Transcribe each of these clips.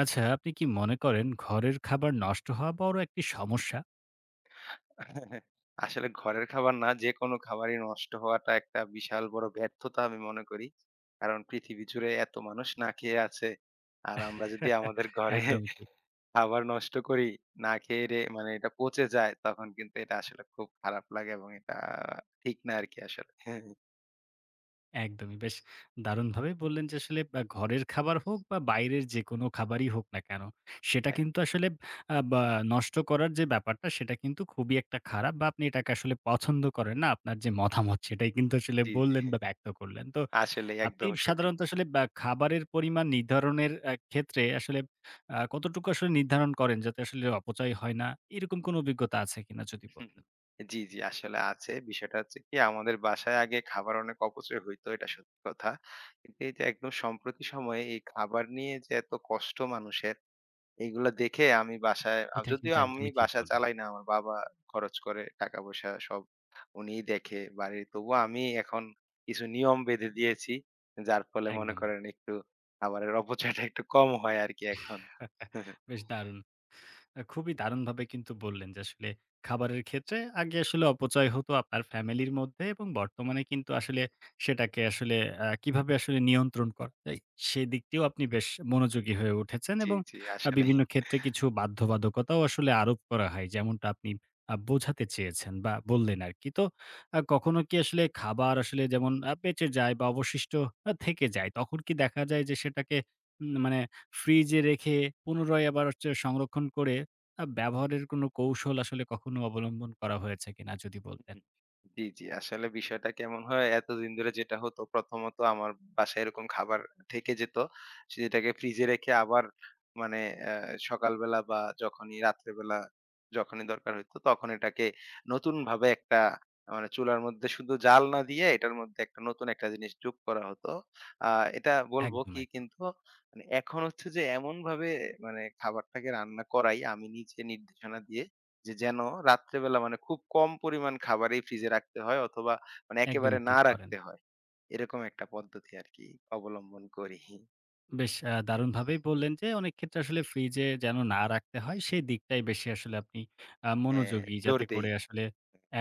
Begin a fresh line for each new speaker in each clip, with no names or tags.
আচ্ছা, আপনি কি মনে করেন ঘরের খাবার নষ্ট হওয়া বড় একটি সমস্যা?
আসলে ঘরের খাবার না যেকোনো খাবারই নষ্ট হওয়াটা একটা বিশাল বড় ব্যর্থতা আমি মনে করি। কারণ পৃথিবী জুড়ে এত মানুষ না খেয়ে আছে। আর আমরা যদি আমাদের ঘরে
একদমই ঠিক,
খাবার নষ্ট করি, না খেয়ে রে মানে এটা পচে যায় তখন কিন্তু এটা আসলে খুব খারাপ লাগে এবং এটা ঠিক না আরকি আসলে। হ্যাঁ,
একদমই। বেশ দারুণভাবে বললেন যে আসলে বা ঘরের খাবার হোক বা বাইরের যেকোনো খাবারই হোক না কেন, সেটা কিন্তু আসলে বা নষ্ট করার যে ব্যাপারটা সেটা কিন্তু খুবই একটা খারাপ বা আপনি এটাকে আসলে পছন্দ করেন না। আপনার যে মতামত সেটাই কিন্তু আসলে
জি, জি।
বললেন বা ব্যক্ত করলেন। তো
আসলেই
আপনি
একদম সঠিক।
সাধারণত আসলে বা খাবারের পরিমাণ নির্ধারণের ক্ষেত্রে আসলে কতটুকু আসলে নির্ধারণ করেন যাতে আসলে অপচয় হয় না? এরকম কোনো অভিজ্ঞতা আছে কিনা যদি
হুম,
বলতেন?
হুম। জি, জি। আসলে আছে। বিষয়টা হচ্ছে কি আমাদের বাসায় আগে খাবার অনেক অপচয় হইতো, এটা সত্যি কথা। কিন্তু এই যে একদম সম্প্রতি সময়ে এই খাবার নিয়ে যে এত কষ্ট মানুষের, এগুলা দেখে আমি বাসায়
এটা
যদিও
কিন্তু
আমি
একদমই ঠিক
বাসা
বললেন।
চালাই না। আমার বাবা খরচ করে, টাকা-পয়সা সব উনিই দেখে বাড়ির। তবুও আমি এখন কিছু নিয়ম বেঁধে দিয়েছি। যার ফলে মনে
একদমই।
করেন একটু খাবারের অপচয়টা একটু কম হয় আরকি এখন।
বেশ দারুণ! খুবই দারুণভাবে কিন্তু বললেন যে আসলে খাবারের ক্ষেত্রে আগে আসলে অপচয় হতো আপনার ফ্যামিলির মধ্যে, এবং বর্তমানে কিন্তু আসলে সেটাকে আসলে কিভাবে আসলে নিয়ন্ত্রণ করা যায় সেই দিকটিও আপনি বেশ মনোযোগী হয়ে উঠেছেন,
জি,
এবং
জি আসলেই।
বিভিন্ন ক্ষেত্রে কিছু বাধ্যবাধকতাও আসলে আরোপ করা হয়, যেমনটা আপনি বোঝাতে চেয়েছেন বা বললেন আরকি। তো কখনো কি আসলে খাবার আসলে, যেমন বেঁচে যায় বা অবশিষ্ট থেকে যায়, তখন কি দেখা যায় যে সেটাকে মানে ফ্রিজে রেখে পুনরায় আবার হচ্ছে সংরক্ষণ করে ব্যবহারের কোনো কৌশল আসলে কখনো অবলম্বন করা হয়েছে কিনা যদি বলতেন?
হুম, জি, জি। আসলে বিষয়টা কেমন হয়, এতদিন ধরে যেটা হতো প্রথমত আমার বাসায় এরকম খাবার থেকে যেত। সেটাকে ফ্রিজে রেখে আবার মানে সকালবেলা বা যখনই রাত্রেবেলা যখনই দরকার হইতো তখন এটাকে নতুনভাবে একটা মানে চুলার মধ্যে শুধু জাল না দিয়ে এটার মধ্যে একটা নতুন একটা জিনিস যোগ করা হতো। আ এটা বলবো
একদম,
কি
একদম।
কিন্তু মানে এখন হচ্ছে যে এমনভাবে মানে খাবারটাকে রান্না করাই আমি নিজে নির্দেশনা দিয়ে, যে যেন রাত্রেবেলা মানে খুব কম পরিমাণ খাবারই ফ্রিজে রাখতে হয় অথবা মানে একেবারে
একদমই
না
ঠিক করেন।
রাখতে হয়। এরকম একটা পদ্ধতি আরকি অবলম্বন করি।
বেশ দারুণভাবেই বললেন যে, অনেক ক্ষেত্রে আসলে ফ্রিজে যেন না রাখতে হয়, সেই দিকটাই বেশি আসলে আপনি
হ্যাঁ,
মনোযোগী।
জোর
যাতে
দেই
করে আসলে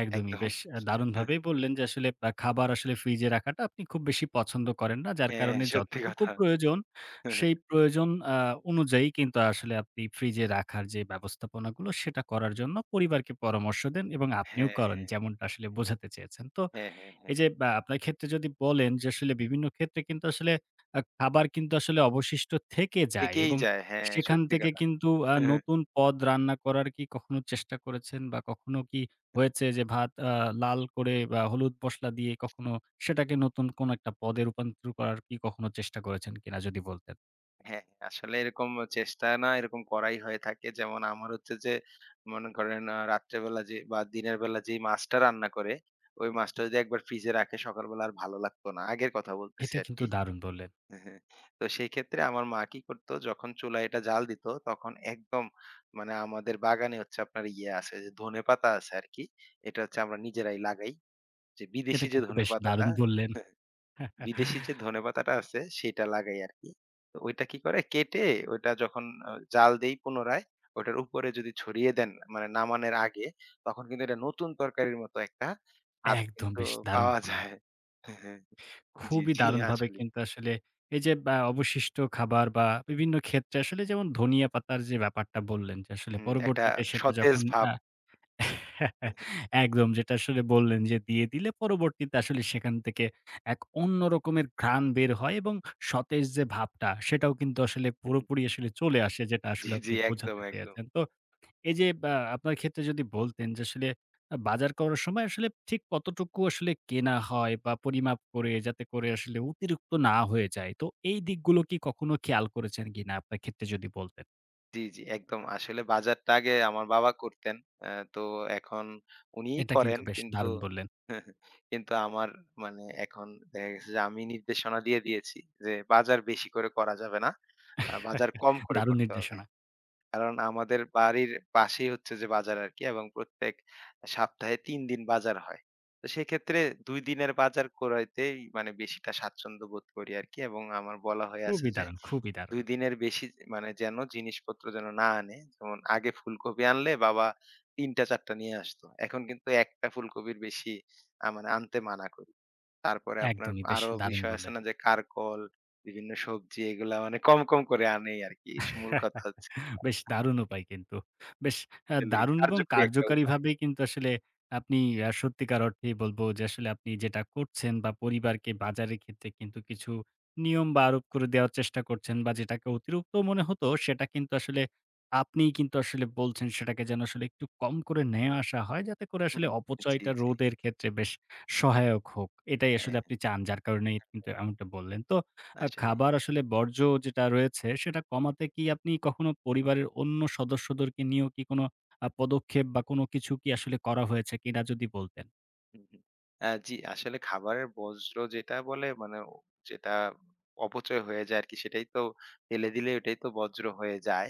একদমই
একদম।
বেশ দারুণভাবেই বললেন যে, আসলে খাবার আসলে ফ্রিজে রাখাটা আপনি খুব বেশি পছন্দ করেন না। যার
হ্যাঁ,
কারণে
সত্যি
যতটুকু
কথা।
প্রয়োজন, সেই প্রয়োজন অনুযায়ী কিন্তু আসলে আপনি ফ্রিজে রাখার যে ব্যবস্থাপনাগুলো, সেটা করার জন্য পরিবারকে পরামর্শ দেন এবং আপনিও
হ্যাঁ,
করেন, যেমনটা আসলে বোঝাতে চেয়েছেন। তো
হ্যাঁ, হ্যাঁ, হ্যাঁ।
এই যে বা আপনার ক্ষেত্রে যদি বলেন যে, আসলে বিভিন্ন ক্ষেত্রে কিন্তু আসলে খাবার কিন্তু আসলে অবশিষ্ট থেকে যায়,
থেকেই
এবং
যায়। হ্যাঁ,
সেখান
সত্যি
থেকে
কথা।
কিন্তু
হ্যাঁ,
নতুন পদ রান্না করার কি কখনো চেষ্টা করেছেন? বা কখনো কি হয়েছে যে ভাত লাল করে বা হলুদ মসলা দিয়ে কখনো সেটাকে নতুন কোন একটা পদে রূপান্তর করার কি কখনো চেষ্টা করেছেন কিনা যদি বলতেন?
হ্যাঁ, আসলে এরকম চেষ্টা না এরকম করাই হয়ে থাকে। যেমন আমার হচ্ছে যে মনে করেন রাত্রেবেলা যে বা দিনের বেলা যেই মাছটা রান্না করে, ওই মাছটা যদি একবার ফ্রিজে রাখে সকালবেলা আর ভালো লাগতো না। আগের কথা বলতেছি
এটা কিন্তু
আরকি।
দারুণ বললেন।
হ্যাঁ, তো সেই ক্ষেত্রে আমার মা কি করতো, যখন চুলায় এটা জ্বাল দিত তখন একদম মানে আমাদের বাগানে হচ্ছে আপনার ইয়ে আছে যে ধনেপাতা আছে আর কি, এটা হচ্ছে আমরা নিজেরাই লাগাই, যে বিদেশি
এটা
যে
কিন্তু বেশ
ধনেপাতাটা।
দারুণ বললেন।
হ্যাঁ, বিদেশি যে ধনেপাতাটা আছে সেটা লাগাই আর কি। তো ওইটা কি করে কেটে ওইটা যখন জাল দেই পুনরায়, ওটার উপরে যদি ছড়িয়ে দেন মানে নামানোর আগে তখন কিন্তু এটা নতুন তরকারির মতো একটা স্বাদ
একদম
কিন্তু
বেশ দারুণ
পাওয়া
বললেন।
যায়। হ্যাঁ, হ্যাঁ, জি
খুবই
জি
দারুণভাবে
আসলে
কিন্তু আসলে এই যে বা অবশিষ্ট খাবার বা বিভিন্ন ক্ষেত্রে আসলে, যেমন ধনিয়া পাতার যে ব্যাপারটা বললেন যে আসলে
একটা
পরবর্তীতে সেটা
সতেজ
যখন
ভাব। জি,
একদম, যেটা আসলে বললেন যে দিয়ে দিলে পরবর্তীতে আসলে সেখান থেকে এক অন্য রকমের ঘ্রাণ বের হয়, এবং সতেজ যে ভাবটা সেটাও কিন্তু আসলে পুরোপুরি আসলে চলে আসে, যেটা
জি,
আসলে আপনি
একদম,
বোঝাতে
একদম।
চেয়েছেন। তো এই যে বা আপনার ক্ষেত্রে যদি বলতেন যে, আসলে বাজার করার সময় আসলে ঠিক কতটুকু আসলে কেনা হয় বা পরিমাপ করে, যাতে করে আসলে অতিরিক্ত না হয়ে যায়। তো এই দিকগুলো কি কখনো খেয়াল করেছেন কিনা আপনার ক্ষেত্রে যদি বলতেন?
জি, জি, একদম। আসলে বাজারটা আগে আমার বাবা করতেন। তো এখন উনিই
এটা
করেন।
কিন্তু বেশ
কিন্তু
দারুণ বললেন।
কিন্তু আমার মানে এখন দেখা গেছে যে আমি নির্দেশনা দিয়ে দিয়েছি, যে বাজার বেশি করে করা যাবে না। বাজার কম করে
দারুণ
করতে হবে।
নির্দেশনা।
কারণ আমাদের বাড়ির পাশেই হচ্ছে যে বাজার আরকি, এবং প্রত্যেক সপ্তাহে ৩ দিন বাজার হয়। তো সেক্ষেত্রে ২ দিনের বাজার করাইতেই মানে বেশিটা স্বাচ্ছন্দ্য বোধ করি আরকি, এবং আমার বলা হয়ে আছে
খুবই
যে
দারুণ, খুবই
২
দারুণ।
দিনের বেশি মানে যেন জিনিসপত্র যেন না আনে। যেমন আগে ফুলকপি আনলে বাবা ৩টা ৪ টা নিয়ে আসতো। এখন কিন্তু ১ টা ফুলকপির বেশি মানে আনতে মানা করি। তারপরে আপনার
একদমই বেশ
আরো
দারুণ
বিষয় আছে
বললেন।
না, যে কারকল, বিভিন্ন সবজি, এগুলা মানে কম, কম করে আনেই আরকি। মূল কথা হচ্ছে
বেশ দারুণ উপায় কিন্তু। বেশ
আসলেই
দারুণ এবং
কার্যকরী একটা উপায়।
কার্যকারীভাবেই কিন্তু আসলে আপনি সত্যিকার অর্থেই বলব যে, আসলে আপনি যেটা করছেন বা পরিবারকে বাজারের ক্ষেত্রে কিন্তু কিছু নিয়ম বা আরোপ করে দেওয়ার চেষ্টা করছেন, বা যেটাকে অতিরিক্ত মনে হতো সেটা কিন্তু আসলে আপনিই কিন্তু আসলে বলছেন সেটাকে যেন আসলে একটু কম করে নিয়ে আসা হয়, যাতে করে
হুম,
আসলে
হুম। জি,
অপচয়টা
জি।
রোধের ক্ষেত্রে বেশ সহায়ক হোক। এটাই
হ্যাঁ,
আসলে
হ্যাঁ।
আপনি চান, যার কারণেই কিন্তু এমনটা বললেন। তো
আসলেই।
খাবার আসলে বর্জ্য যেটা রয়েছে, সেটা কমাতে কি আপনি কখনো পরিবারের অন্য সদস্যদেরকে নিয়েও কি কোনো পদক্ষেপ বা কোনো কিছু কি আসলে করা হয়েছে কিনা যদি বলতেন?
হুম, হুম। জি, আসলে খাবারের বর্জ্য যেটা বলে মানে ও, যেটা অপচয় হয়ে যায় আরকি সেটাই তো ফেলে দিলে ওটাই তো বর্জ্য হয়ে যায়।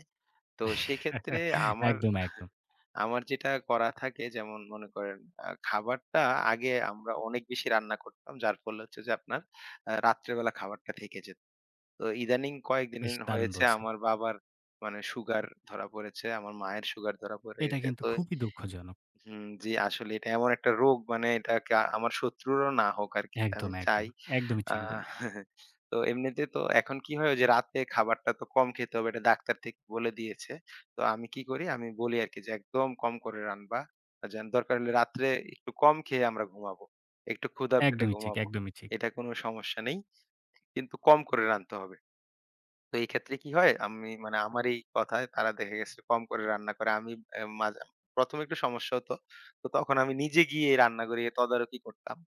তো সেক্ষেত্রে আমার
একদম, একদম।
আমার যেটা করা থাকে, যেমন মনে করেন খাবারটা আগে আমরা অনেক বেশি রান্না করতাম। যার ফলে হচ্ছে যে আপনার রাত্রেবেলা খাবারটা থেকে যেত। তো ইদানিং কয়েকদিন
বেশ দারুণ
হয়েছে
বলছেন।
আমার বাবার মানে সুগার ধরা পড়েছে, আমার মায়ের সুগার ধরা
এটা
পড়েছে।
কিন্তু
তো
খুবই দুঃখজনক।
হুম, জি, আসলে এটা এমন একটা রোগ মানে এটা আমার শত্রুরও না হোক আরকি। আমি
একদম,
চাই।
একদম। একদমই ঠিক
আহ
বললেন।
তো এমনিতে তো এখন কি হয়, ওই যে রাতে খাবারটা তো কম খেতে হবে এটা ডাক্তার থেকে বলে দিয়েছে। তো আমি কি করি, আমি বলি আরকি যে একদম কম করে রান্না। যেন দরকার হলে রাত্রে একটু কম খেয়ে আমরা ঘুমাবো। একটু ক্ষুধা পেটে
একদমই ঠিক,
ঘুমাবো।
একদমই ঠিক।
এটা কোনো সমস্যা নেই। কিন্তু কম করে রানতে হবে। তো এই ক্ষেত্রে কি হয়? আমি মানে আমার এই কথায় তারা দেখে গেছে কম করে রান্না করে। আমি অ্যা মাজা ১ম এ একটু সমস্যা হতো। তো তখন আমি নিজে গিয়ে রান্নাঘরে তদারকি করতাম।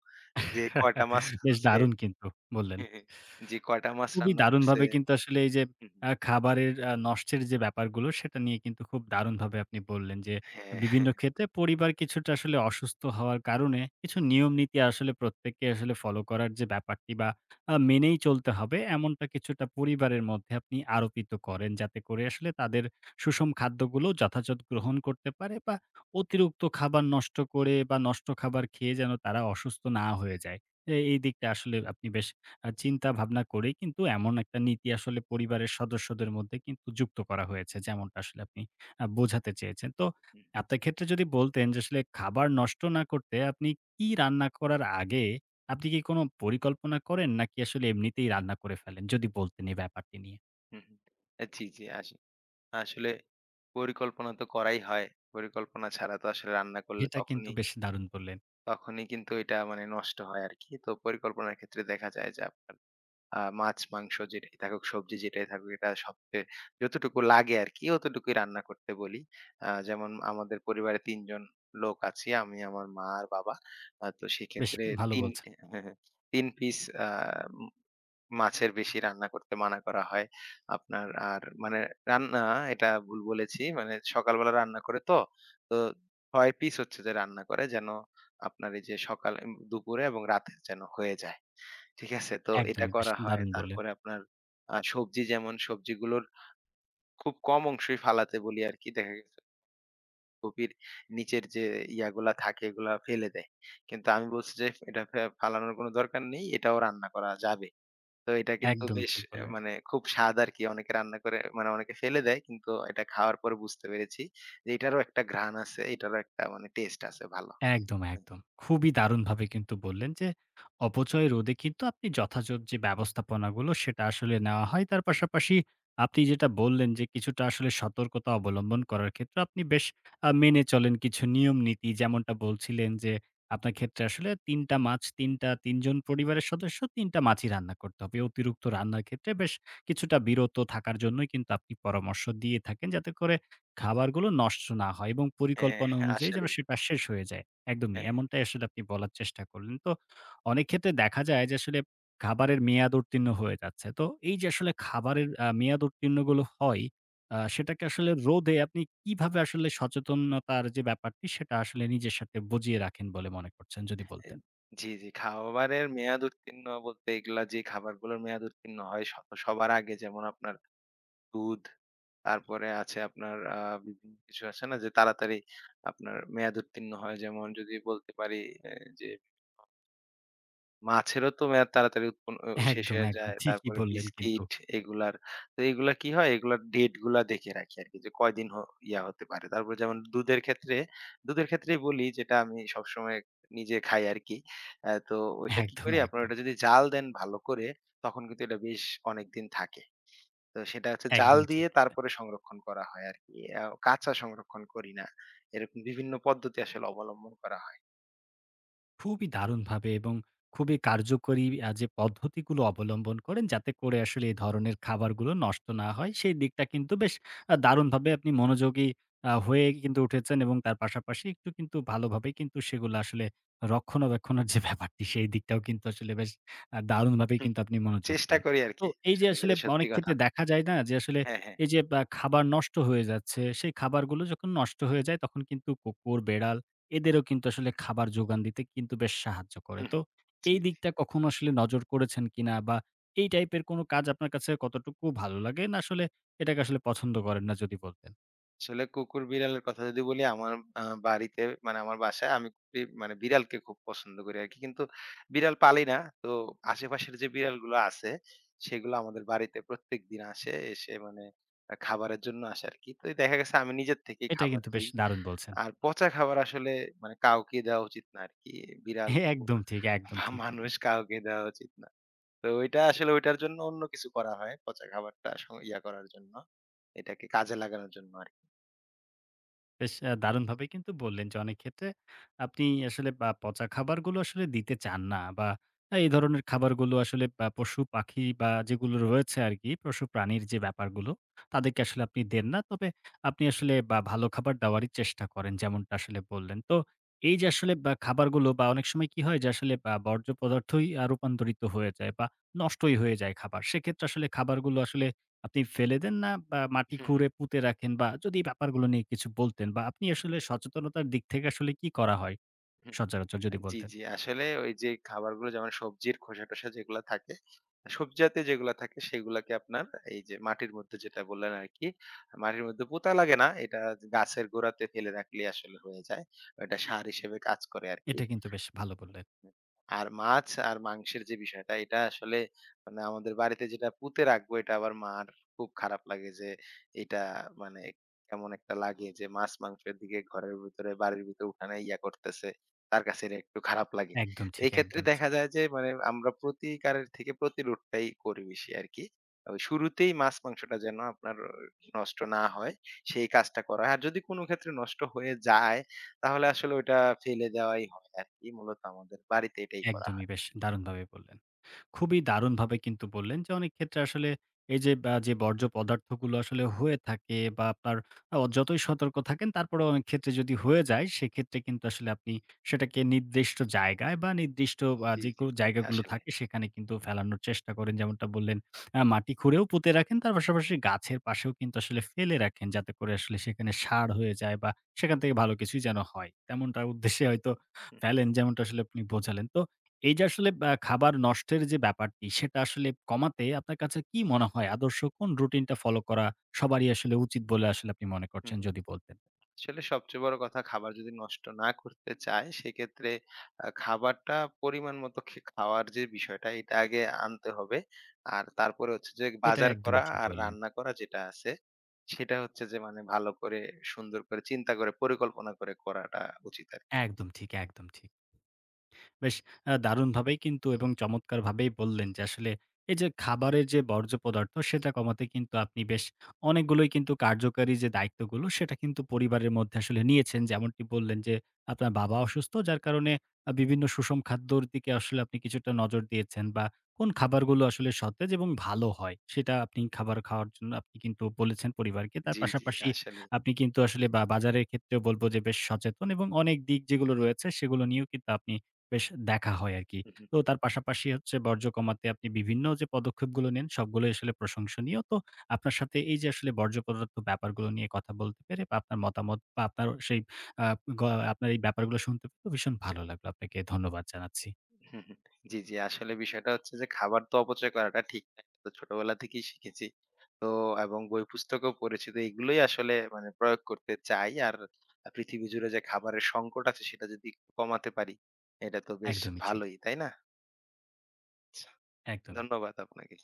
যে কয়টা মাছ
বেশ
রাঁধছে।
দারুণ কিন্তু বললেন।
হ্যাঁ, হ্যাঁ। যে কয়টা মাছ
খুবই
রান্না করছে।
দারুণভাবে কিন্তু আসলে এই যে
হুম, হুম।
খাবারের নষ্টের যে ব্যাপারগুলো সেটা নিয়ে কিন্তু খুব দারুণভাবে আপনি বললেন যে,
হ্যাঁ,
বিভিন্ন ক্ষেত্রে পরিবার কিছুটা আসলে অসুস্থ হওয়ার কারণে কিছু নিয়ম নীতি আসলে প্রত্যেককে আসলে ফলো করার যে ব্যাপারটি বা মেনেই চলতে হবে, এমনটা কিছুটা পরিবারের মধ্যে আপনি আরোপিত করেন। যাতে করে আসলে তাদের সুষম খাদ্যগুলো যথাযথ গ্রহণ করতে পারে, বা অতিরিক্ত খাবার নষ্ট করে বা নষ্ট খাবার খেয়ে যেন তারা অসুস্থ না হয়ে যায়। এই দিকটা আসলে আপনি বেশ চিন্তা ভাবনা করেই কিন্তু এমন একটা নীতি আসলে পরিবারের সদস্যদের মধ্যে কিন্তু যুক্ত করা হয়েছে, যেমনটা আসলে আপনি বোঝাতে চেয়েছেন। তো
হুম,
আপনার ক্ষেত্রে যদি বলতেন যে, আসলে খাবার নষ্ট না করতে আপনি কি রান্না করার আগে আপনি কি কোনো পরিকল্পনা করেন, নাকি আসলে এমনিতেই রান্না করে ফেলেন? যদি বলতেন এই ব্যাপারটি নিয়ে।
হুম, হুম। জি, জি। আসলে পরিকল্পনা তো করাই হয়। পরিকল্পনা ছাড়া তো আসলে রান্না করলে
এটা কিন্তু
তখনই,
বেশ দারুণ বললেন।
তখনই কিন্তু এটা মানে নষ্ট হয় আরকি। তো পরিকল্পনার ক্ষেত্রে দেখা যায় যে আপনার মাছ, মাংস যেটাই থাকুক, সবজি যেটাই থাকুক, এটা সবচেয়ে যতটুকু লাগে আরকি অতটুকুই রান্না করতে বলি। যেমন আমাদের পরিবারে ৩ জন লোক আছি। আমি, আমার মা আর বাবা। তো
বেশ
সেক্ষেত্রে
ভালো
৩,
বলছেন।
হ্যাঁ, হ্যাঁ, ৩ পিস আ উম মাছের বেশি রান্না করতে মানা করা হয়। আপনার আর মানে রান্না এটা ভুল বলেছি। মানে সকালবেলা রান্না করে তো, তো ৬ পিস হচ্ছে যে রান্না করে যেন আপনার এই যে সকালে, দুপুরে এবং রাতে যেন হয়ে যায়। ঠিক আছে? তো এটা
একদমই বেশ
করা হয়।
দারুণ বললেন।
তারপরে আপনার সবজি, যেমন সবজিগুলোর খুব কম অংশই ফালাতে বলি আরকি। দেখা গেছে কপির নিচের যে ইয়াগুলা থাকে এগুলা ফেলে দেয়। কিন্তু আমি বলছি যে এটা ফালানোর কোনো দরকার নেই। এটাও রান্না করা যাবে। তো এটা কিন্তু
একদমই
বেশ
ঠিক
এ
বললেন।
মানে খুব স্বাদ আরকি। অনেকে রান্না করে মানে অনেকে ফেলে দেয়। কিন্তু এটা খাওয়ার পরে বুঝতে পেরেছি যে এটারও একটা ঘ্রাণ আছে, এটারও একটা মানে টেস্ট আছে ভালো।
একদম,
হুম।
একদম। খুবই দারুণভাবে কিন্তু বললেন যে, অপচয় রোধে কিন্তু আপনি যথাযথ যে ব্যবস্থাপনাগুলো সেটা আসলে নেওয়া হয়। তার পাশাপাশি আপনি যেটা বললেন যে, কিছুটা আসলে সতর্কতা অবলম্বন করার ক্ষেত্রে আপনি বেশ মেনে চলেন কিছু নিয়ম-নীতি। যেমনটা বলছিলেন যে, আপনার ক্ষেত্রে আসলে ৩ টা মাছ, ৩ টা ৩ জন পরিবারের সদস্য ৩ টা মাছই রান্না করতে হবে। অতিরিক্ত রান্নার ক্ষেত্রে বেশ কিছুটা বিরত থাকার জন্যই কিন্তু আপনি পরামর্শ দিয়ে থাকেন, যাতে করে খাবারগুলো নষ্ট না হয় এবং
হ্যাঁ,
পরিকল্পনা অনুযায়ী যেন
আসলেই।
সেটা শেষ হয়ে যায়। একদমই।
হ্যাঁ,
এমনটাই আসলে আপনি বলার চেষ্টা করলেন। তো অনেক ক্ষেত্রে দেখা যায় যে, আসলে খাবারের মেয়াদ উত্তীর্ণ হয়ে যাচ্ছে। তো এই যে আসলে খাবারের মেয়াদ উত্তীর্ণগুলো হয়, সেটাকে আসলে রোধে আপনি কিভাবে আসলে সচেতনতার যে ব্যাপারটি সেটা আসলে নিজের সাথে বুঝিয়ে রাখেন বলে মনে করছেন? যদি
এ
বলতেন।
জি, জি। খাবারের মেয়াদ উত্তীর্ণ বলতে, এগুলা যে খাবারগুলোর মেয়াদ উত্তীর্ণ হয় সবার আগে যেমন আপনার দুধ, তারপরে আছে আপনার বিভিন্ন কিছু আছে না? যে তাড়াতাড়ি আপনার মেয়াদ উত্তীর্ণ হয়। যেমন যদি বলতে পারি, এ যে মাছেরও তো মেয়াদ তাড়াতাড়ি উৎপন্ন অ শেষ
একদম,
হয়ে
একদম।
যায়।
ঠিকই
তারপরে
বললেন কিন্তু।
বিস্কিট এগুলার। তো এগুলা কি হয়? এগুলার ডেট গুলা দেখে রাখি আরকি, যে কয়দিন ইয়া হতে পারে। তারপর যেমন দুধের ক্ষেত্রে, দুধের ক্ষেত্রেই বলি, যেটা আমি সবসময় নিজে খাই আরকি। তো ওইটা কি
একদম,
করি? আপনার
একদম।
ওটা যদি জাল দেন ভালো করে তখন কিন্তু এটা বেশ অনেকদিন থাকে। তো সেটা হচ্ছে জাল
একদম ঠিক।
দিয়ে তারপরে সংরক্ষণ করা হয় আরকি। কাঁচা সংরক্ষণ করি না। এরকম বিভিন্ন পদ্ধতি আসলে অবলম্বন করা হয়।
খুবই দারুণভাবে এবং খুবই কার্যকরী যে পদ্ধতিগুলো অবলম্বন করেন, যাতে করে আসলে এই ধরনের খাবারগুলো নষ্ট না হয় সেই দিকটা কিন্তু বেশ দারুণভাবে আপনি মনোযোগী হয়ে কিন্তু উঠেছেন, এবং তার পাশাপাশি একটু কিন্তু ভালোভাবেই কিন্তু সেগুলো আসলে রক্ষণাবেক্ষণের যে ব্যাপারটি সেই দিকটাও কিন্তু আসলে বেশ দারুণভাবেই
হুম।
কিন্তু আপনি মনোযোগ
চেষ্টা
দেন।
করি
তো
আরকি
এই যে
আসলে,
আসলে
যেটা সত্যি
অনেক
কথা।
ক্ষেত্রে দেখা যায় না যে, আসলে
হ্যাঁ, হ্যাঁ।
এই যে বা খাবার নষ্ট হয়ে যাচ্ছে, সেই খাবারগুলো যখন নষ্ট হয়ে যায় তখন কিন্তু কুকুর, বেড়াল এদেরও কিন্তু আসলে খাবার যোগান দিতে কিন্তু বেশ সাহায্য করে।
হুম,
তো
জি,
এই
জি।
দিকটা কখনো আসলে নজর করেছেন কিনা? বা এই টাইপের কোনো কাজ আপনার কাছে কতটুকু ভালো লাগে? না আসলে এটাকে আসলে পছন্দ করেন না যদি বলতেন?
আসলে কুকুর বিড়ালের কথা যদি বলি, আমার বাড়িতে মানে আমার বাসায় আমি মানে বিড়ালকে খুব পছন্দ করি আরকি। কিন্তু বিড়াল পালি না। তো আশেপাশের যে বিড়ালগুলো আছে সেগুলো আমাদের বাড়িতে প্রত্যেকদিন আসে। এসে মানে খাবারের জন্য আসে আরকি। তো দেখা গেছে আমি নিজের থেকেই
এটা
খাবার
কিন্তু বেশ
দেই।
দারুণ বলছেন।
আর পচা খাবার আসলে মানে কাউকে দেওয়া উচিত না আরকি। বিড়াল, কুকুর
একদম ঠিক, একদম
বা
ঠিক বল
মানুষ কাউকে দেওয়া উচিত না। তো ওইটা আসলে ওইটার জন্য অন্য কিছু করা হয়। পচা খাবারটা ইয়া করার জন্য। এটাকে কাজে লাগানোর জন্য আরকি।
বেশ দারুণভাবে কিন্তু বললেন যে, অনেক ক্ষেত্রে আপনি আসলে বা পচা খাবারগুলো আসলে দিতে চান না, বা এই ধরনের খাবারগুলো আসলে বা পশু-পাখি বা যেগুলো রয়েছে আরকি পশু-প্রাণীর যে ব্যাপারগুলো তাদেরকে আসলে আপনি দেন না। তবে আপনি আসলে বা ভালো খাবার দেওয়ারই চেষ্টা করেন, যেমনটা আসলে বললেন। তো এই যে আসলে বা খাবারগুলো বা অনেক সময় কি হয় যে, আসলে বা বর্জ্য পদার্থই রূপান্তরিত হয়ে যায় বা নষ্টই হয়ে যায় খাবার। সেক্ষেত্রে আসলে খাবারগুলো আসলে আপনি ফেলে দেন না, বা মাটি খুঁড়ে পুঁতে রাখেন, বা যদি এই ব্যাপারগুলো নিয়ে কিছু বলতেন বা আপনি আসলে সচেতনতার দিক থেকে আসলে কি করা হয় সচরাচর যদি
জি,
বলতেন?
জি। আসলে ওই যে খাবারগুলো, যেমন সবজির খোসা-টোসা যেগুলা থাকে, সবজি জাতীয় যেগুলা থাকে সেগুলাকে আপনার, এই যে মাটির মধ্যে যেটা বললেন আরকি, মাটির মধ্যে পোঁতা লাগে না। এটা গাছের গোড়াতে ফেলে রাখলেই আসলে হয়ে যায়। এটা সার হিসেবে কাজ করে আরকি।
এটা কিন্তু বেশ ভালো বললেন।
আর মাছ আর মাংসের যে বিষয়টা, এটা আসলে মানে আমাদের বাড়িতে যেটা পুঁতে রাখবো, এটা আবার মার খুব খারাপ লাগে, যে এটা মানে কেমন একটা লাগে যে মাছ মাংসের দিকে ঘরের ভিতরে বাড়ির ভিতরে উঠানে ইয়া করতেছে, তার কাছে এটা একটু খারাপ লাগে।
একদম ঠিক,
এই ক্ষেত্রে
একদম ঠিক।
দেখা যায় যে মানে আমরা প্রতিকারের থেকে প্রতিরোধটাই করি বেশি আর কি। ওই শুরুতেই মাছ মাংসটা যেন আপনার নষ্ট না হয় সেই কাজটা করা হয়, আর যদি কোনো ক্ষেত্রে নষ্ট হয়ে যায় তাহলে আসলে ওইটা ফেলে দেওয়াই হয় আরকি। মূলত আমাদের বাড়িতে এটাই করা
একদমই
হয়।
বেশ দারুণভাবে বললেন। খুবই দারুণভাবে কিন্তু বললেন যে, অনেক ক্ষেত্রে আসলে এই যে যে বর্জ্য পদার্থগুলো আসলে হয়ে থাকে বা আপনার যতই সতর্ক থাকেন, তারপরেও অনেক ক্ষেত্রে যদি হয়ে যায় সেক্ষেত্রে কিন্তু আসলে আপনি সেটাকে নির্দিষ্ট জায়গায় বা নির্দিষ্ট
জি,
যে
জি,
কো
জি।
জায়গাগুলো
আসলে।
থাকে সেখানে কিন্তু ফেলানোর চেষ্টা করেন। যেমনটা বললেন মাটি খুঁড়েও পুঁতে রাখেন, তার পাশাপাশি গাছের পাশেও কিন্তু আসলে ফেলে রাখেন, যাতে করে আসলে সেখানে সার হয়ে যায়, বা সেখান থেকে ভালো কিছুই যেন হয়। তেমনটার উদ্দেশ্যে হয়তো
হুম,
ফেলেন, যেমনটা আসলে আপনি বোঝালেন। তো এই যে আসলে খাবার নষ্টের যে ব্যাপারটি, সেটা আসলে কমাতে আপনার কাছে কি মনে হয় আদর্শ কোন রুটিনটা ফলো করা সবারই আসলে উচিত বলে আসলে আপনি মনে
হুম।
করছেন, যদি বলতেন?
আসলে সবচেয়ে বড় কথা, খাবার যদি নষ্ট না করতে চায় সেক্ষেত্রে খাবারটা পরিমাণ মতো খাওয়ার যে বিষয়টা, এটা আগে আনতে হবে। আর তারপরে হচ্ছে যে
এটা
বাজার করা
একদমই ঠিক
আর
বললেন।
রান্না করা যেটা আছে, সেটা হচ্ছে যে মানে ভালো করে সুন্দর করে চিন্তা করে পরিকল্পনা করে করাটা উচিত আরকি।
একদম ঠিক, একদম ঠিক। বেশ দারুণভাবেই কিন্তু এবং চমৎকারভাবেই বললেন যে, আসলে এই যে খাবারের যে বর্জ্য পদার্থ সেটা কমাতে কিন্তু আপনি বেশ অনেকগুলোই কিন্তু কার্যকারী যে দায়িত্বগুলো সেটা কিন্তু পরিবারের মধ্যে আসলে নিয়েছেন। যেমনটি বললেন যে, আপনার বাবা অসুস্থ যার কারণে বিভিন্ন সুষম খাদ্যর দিকে আসলে আপনি কিছুটা নজর দিয়েছেন, বা কোন খাবারগুলো আসলে সতেজ এবং ভালো হয় সেটা আপনি খাবার খাওয়ার জন্য আপনি কিন্তু বলেছেন পরিবারকে। তার
জি, জি।
পাশাপাশি
আসলেই।
আপনি কিন্তু আসলে বা বাজারের ক্ষেত্রেও বলব যে, বেশ সচেতন এবং অনেক দিক যেগুলো রয়েছে সেগুলো নিয়েও কিন্তু আপনি বেশ দেখা হয় আরকি। তো তার পাশাপাশি হচ্ছে বর্জ্য কমাতে আপনি বিভিন্ন যে পদক্ষেপগুলো নেন সবগুলোই আসলে প্রশংসনীয়। তো আপনার সাথে এই যে আসলে বর্জ্য পদার্থ ব্যাপারগুলো নিয়ে কথা বলতে পেরে, বা আপনার মতামত বা আপনার সেই আ গ আপনার এই ব্যাপারগুলো শুনতে পেরে ভীষণ ভালো লাগলো। আপনাকে ধন্যবাদ জানাচ্ছি।
হুম, হুম। জি, জি। আসলে বিষয়টা হচ্ছে যে খাবার তো অপচয় করাটা ঠিক না। এটা তো ছোটবেলা থেকেই শিখেছি। তো এবং বই পুস্তকও পড়েছি। তো এগুলোই আসলে মানে প্রয়োগ করতে চাই। আর পৃথিবী জুড়ে যে খাবারের সংকট আছে সেটা যদি একটু কমাতে পারি, এটা তো বেশ
একদমই ঠিক।
ভালোই, তাই না? আচ্ছা,
একদমই।
ধন্যবাদ আপনাকে।